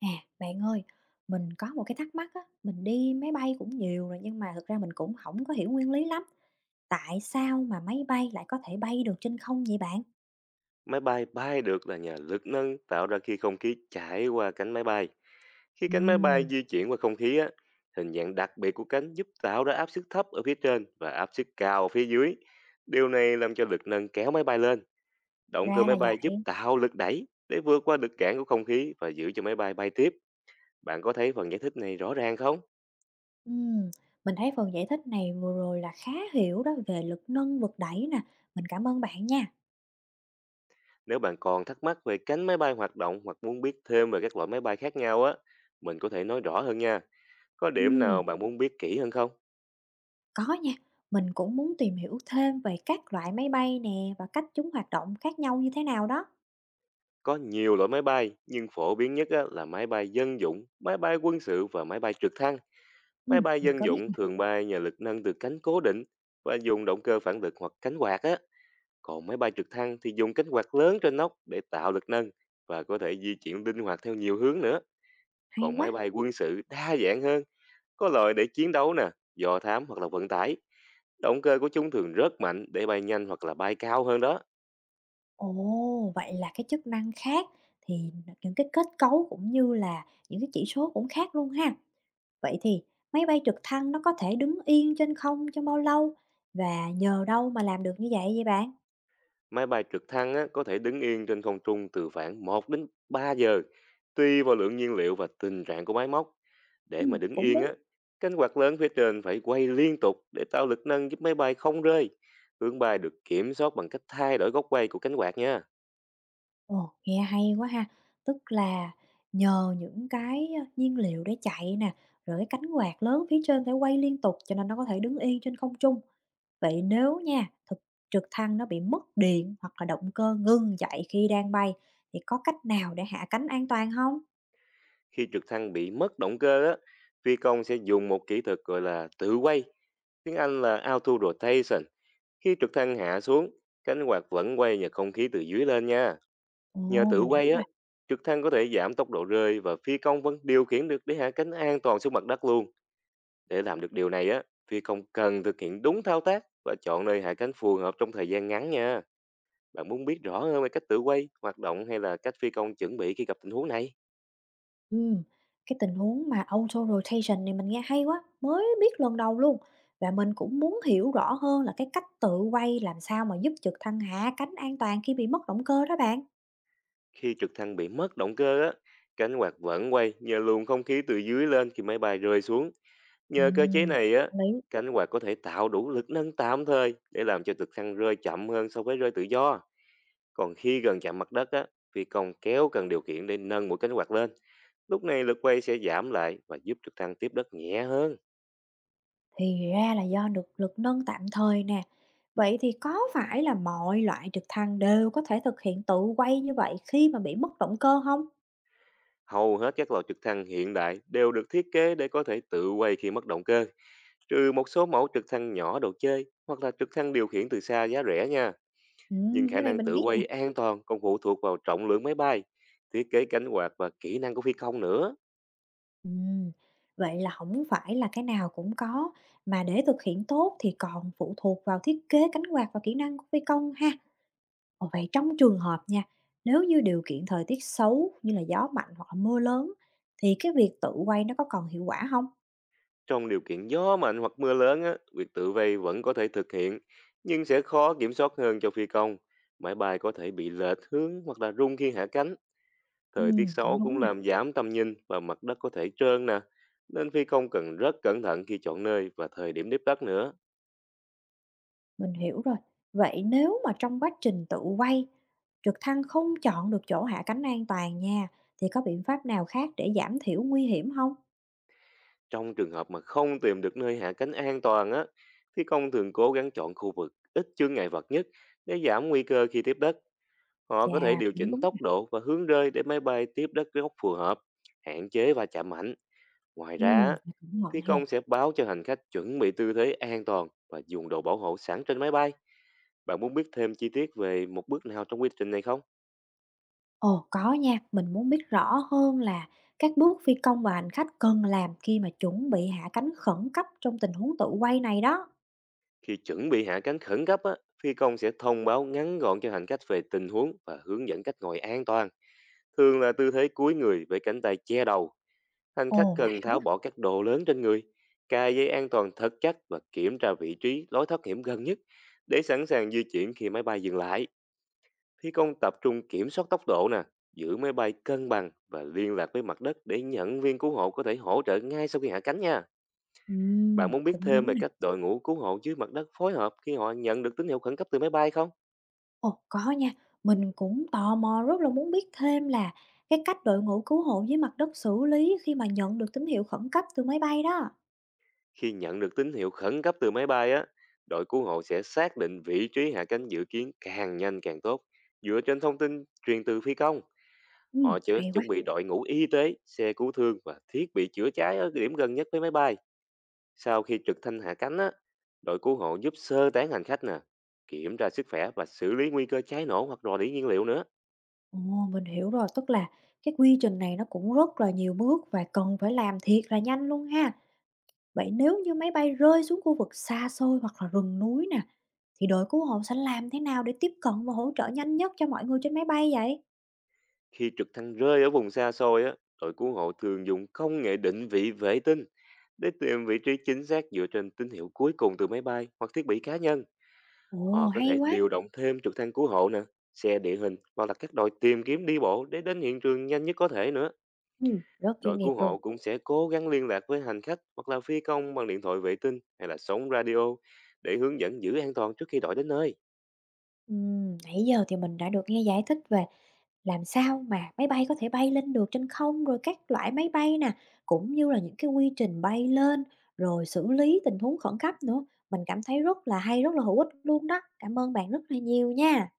À, bạn ơi, mình có một cái thắc mắc á, mình đi máy bay cũng nhiều rồi nhưng mà thực ra mình cũng không có hiểu nguyên lý lắm. Tại sao mà máy bay lại có thể bay được trên không vậy bạn? Máy bay bay được là nhờ lực nâng tạo ra khi không khí chảy qua cánh máy bay. Khi cánh máy bay Ừm. di chuyển qua không khí, á, hình dạng đặc biệt của cánh giúp tạo ra áp suất thấp ở phía trên và áp suất cao ở phía dưới. Điều này làm cho lực nâng kéo máy bay lên. Động cơ Ra máy là bay giúp vậy. tạo lực đẩy để vượt qua lực cản của không khí và giữ cho máy bay bay tiếp. Bạn có thấy phần giải thích này rõ ràng không? Ừm, mình thấy phần giải thích này vừa rồi là khá hiểu đó về lực nâng vực đẩy nè, mình cảm ơn bạn nha. Nếu bạn còn thắc mắc về cánh máy bay hoạt động hoặc muốn biết thêm về các loại máy bay khác nhau á, mình có thể nói rõ hơn nha. Có điểm nào Ừm, bạn muốn biết kỹ hơn không? có nha, mình cũng muốn tìm hiểu thêm về các loại máy bay nè và cách chúng hoạt động khác nhau như thế nào đó. Có nhiều loại máy bay, nhưng phổ biến nhất á, là máy bay dân dụng, máy bay quân sự và máy bay trực thăng. Máy bay Mình dân có biết dụng mà, thường bay nhờ lực nâng từ cánh cố định và dùng động cơ phản lực hoặc cánh quạt á. Còn máy bay trực thăng thì dùng cánh quạt lớn trên nóc để tạo lực nâng và có thể di chuyển linh hoạt theo nhiều hướng nữa. hay Còn máy quá. bay quân sự đa dạng hơn, có loại để chiến đấu nè, dò thám hoặc là vận tải. Động cơ của chúng thường rất mạnh để bay nhanh hoặc là bay cao hơn đó. Ồ, vậy là cái chức năng khác thì những cái kết cấu cũng như là những cái chỉ số cũng khác luôn ha. Vậy thì máy bay trực thăng nó có thể đứng yên trên không trong bao lâu và nhờ đâu mà làm được như vậy vậy bạn? Máy bay trực thăng á, có thể đứng yên trên không trung từ khoảng 1 đến 3 giờ, tùy vào lượng nhiên liệu và tình trạng của máy móc. Để mà đứng Cũng yên đúng. á, cánh quạt lớn phía trên phải quay liên tục để tạo lực nâng giúp máy bay không rơi. Hướng bay được kiểm soát bằng cách thay đổi góc quay của cánh quạt nha. Ồ, nghe hay quá ha. Tức là nhờ những cái, nhiên liệu để chạy nè, rồi cái cánh quạt lớn phía trên phải quay liên tục cho nên nó có thể đứng yên trên không trung. Vậy nếu nha, trực thăng nó bị mất điện hoặc là động cơ ngưng chạy khi đang bay thì có cách nào để hạ cánh an toàn không? Khi trực thăng bị mất động cơ á, phi công sẽ dùng một kỹ thuật gọi là tự quay, tiếng Anh là auto rotation. Khi trực thăng hạ xuống, cánh quạt vẫn quay nhờ không khí từ dưới lên nha. Nhờ Ồ, tự mình hiểu quay á, rồi. trực thăng có thể giảm tốc độ rơi và phi công vẫn điều khiển được để hạ cánh an toàn xuống mặt đất luôn. Để làm được điều này á, phi công cần thực hiện đúng thao tác và chọn nơi hạ cánh phù hợp trong thời gian ngắn nha. Bạn muốn biết rõ hơn về cách tự quay, hoạt động hay là cách phi công chuẩn bị khi gặp tình huống này? Ừm, cái tình huống mà auto rotation này mình nghe hay quá, mới biết lần đầu luôn. Và mình cũng muốn hiểu rõ hơn là cái cách tự quay làm sao mà giúp trực thăng hạ cánh an toàn khi bị mất động cơ đó bạn. Khi trực thăng bị mất động cơ á, cánh quạt vẫn quay nhờ luồng không khí từ dưới lên khi máy bay rơi xuống. Nhờ cơ chế Ừm, này á, có lý. cánh quạt có thể tạo đủ lực nâng tạm thời để làm cho trực thăng rơi chậm hơn so với rơi tự do. Còn khi gần chạm mặt đất á, phi công kéo cần điều khiển để nâng mũi cánh quạt lên. Lúc này lực quay sẽ giảm lại và giúp trực thăng tiếp đất nhẹ hơn. Thì ra là do được lực nâng tạm thời nè. Vậy thì có phải là mọi loại trực thăng đều có thể thực hiện tự quay như vậy khi mà bị mất động cơ không? Hầu hết các lò trực thăng hiện đại đều được thiết kế để có thể tự quay khi mất động cơ, trừ một số mẫu trực thăng nhỏ đồ chơi hoặc là trực thăng điều khiển từ xa giá rẻ nha. Nhưng khả Cái này năng mình tự biết nè. quay an toàn còn phụ thuộc vào trọng lượng máy bay, thiết kế cánh quạt và kỹ năng của phi công nữa. Ừm, Vậy là không phải là cái nào cũng có, mà để thực hiện tốt thì còn phụ thuộc vào thiết kế cánh quạt và kỹ năng của phi công ha. Ồ, vậy trong trường hợp nha, nếu như điều kiện thời tiết xấu như là gió mạnh hoặc là mưa lớn thì cái việc tự quay nó có còn hiệu quả không? Trong điều kiện gió mạnh hoặc mưa lớn, á, việc tự vây vẫn có thể thực hiện, nhưng sẽ khó kiểm soát hơn cho phi công. Máy bay có thể bị lệch hướng hoặc là rung khi hạ cánh. Thời tiết Cũng xấu cũng đúng nè. làm giảm tầm nhìn và mặt đất có thể trơn nè. Nên phi công cần rất cẩn thận khi chọn nơi và thời điểm tiếp đất nữa. Mình hiểu rồi. Vậy nếu mà trong quá trình tự quay, trực thăng không chọn được chỗ hạ cánh an toàn nha, thì có biện pháp nào khác để giảm thiểu nguy hiểm không? Trong trường hợp mà không tìm được nơi hạ cánh an toàn, á, phi công thường cố gắng chọn khu vực ít chướng ngại vật nhất để giảm nguy cơ khi tiếp đất. Họ Chà, có thể điều cũng chỉnh đúng ha. tốc độ và hướng rơi để máy bay tiếp đất gốc phù hợp, hạn chế va chạm mạnh. Ngoài ra, Cũng phi bận ha. công sẽ báo cho hành khách chuẩn bị tư thế an toàn và dùng đồ bảo hộ sẵn trên máy bay. Bạn muốn biết thêm chi tiết về một bước nào trong quy trình này không? Ồ, có nha, mình muốn biết rõ hơn là các bước phi công và hành khách cần làm khi mà chuẩn bị hạ cánh khẩn cấp trong tình huống tự quay này đó. Khi chuẩn bị hạ cánh khẩn cấp, á, phi công sẽ thông báo ngắn gọn cho hành khách về tình huống và hướng dẫn cách ngồi an toàn. Thường là tư thế cúi người với cánh tay che đầu. Hành khách Ồ, lạ cần quá. tháo bỏ các đồ lớn trên người, cài dây an toàn thật chắc và kiểm tra vị trí lối thoát hiểm gần nhất để sẵn sàng di chuyển khi máy bay dừng lại. Phi công tập trung kiểm soát tốc độ nè, giữ máy bay cân bằng và liên lạc với mặt đất để nhận viên cứu hộ có thể hỗ trợ ngay sau khi hạ cánh nha. Bạn muốn biết Cũng thêm đúng về nè. cách đội ngũ cứu hộ dưới mặt đất phối hợp khi họ nhận được tín hiệu khẩn cấp từ máy bay không? Ồ, có nha. Mình cũng tò mò rất là muốn biết thêm là cái cách đội ngũ cứu hộ dưới mặt đất xử lý khi mà nhận được tín hiệu khẩn cấp từ máy bay đó. Khi nhận được tín hiệu khẩn cấp từ máy bay á, đội cứu hộ sẽ xác định vị trí hạ cánh dự kiến càng nhanh càng tốt. Dựa trên thông tin truyền từ phi công, Ừ, hay quá. chuẩn bị đội ngũ y tế, xe cứu thương và thiết bị chữa cháy ở điểm gần nhất với máy bay. Sau khi trực thăng hạ cánh á, đội cứu hộ giúp sơ tán hành khách nè, kiểm tra sức khỏe và xử lý nguy cơ cháy nổ hoặc rò rỉ nhiên liệu nữa. Ồ, mình hiểu rồi, tức là cái quy trình này nó cũng rất là nhiều bước và cần phải làm thiệt là nhanh luôn ha. Vậy nếu như máy bay rơi xuống khu vực xa xôi hoặc là rừng núi nè, thì đội cứu hộ sẽ làm thế nào để tiếp cận và hỗ trợ nhanh nhất cho mọi người trên máy bay vậy? Khi trực thăng rơi ở vùng xa xôi á, đội cứu hộ thường dùng công nghệ định vị vệ tinh. Để tìm vị trí chính xác dựa trên tín hiệu cuối cùng từ máy bay hoặc thiết bị cá nhân, Ồ, họ có hay thể quá. điều động thêm trực thăng cứu hộ nè, xe địa hình hoặc là các đội tìm kiếm đi bộ để đến hiện trường nhanh nhất có thể nữa. Ừ, rất Đội chuyên nghiệp cứu luôn. hộ cũng sẽ cố gắng liên lạc với hành khách hoặc là phi công bằng điện thoại vệ tinh hay là sóng radio để hướng dẫn giữ an toàn trước khi đội đến nơi. Nãy giờ thì mình đã được nghe giải thích về làm sao mà máy bay có thể bay lên được trên không, rồi các loại máy bay nè, cũng như là những cái quy trình bay lên, rồi xử lý tình huống khẩn cấp nữa. Mình cảm thấy rất là hay, rất là hữu ích luôn đó. Cảm ơn bạn rất là nhiều nha.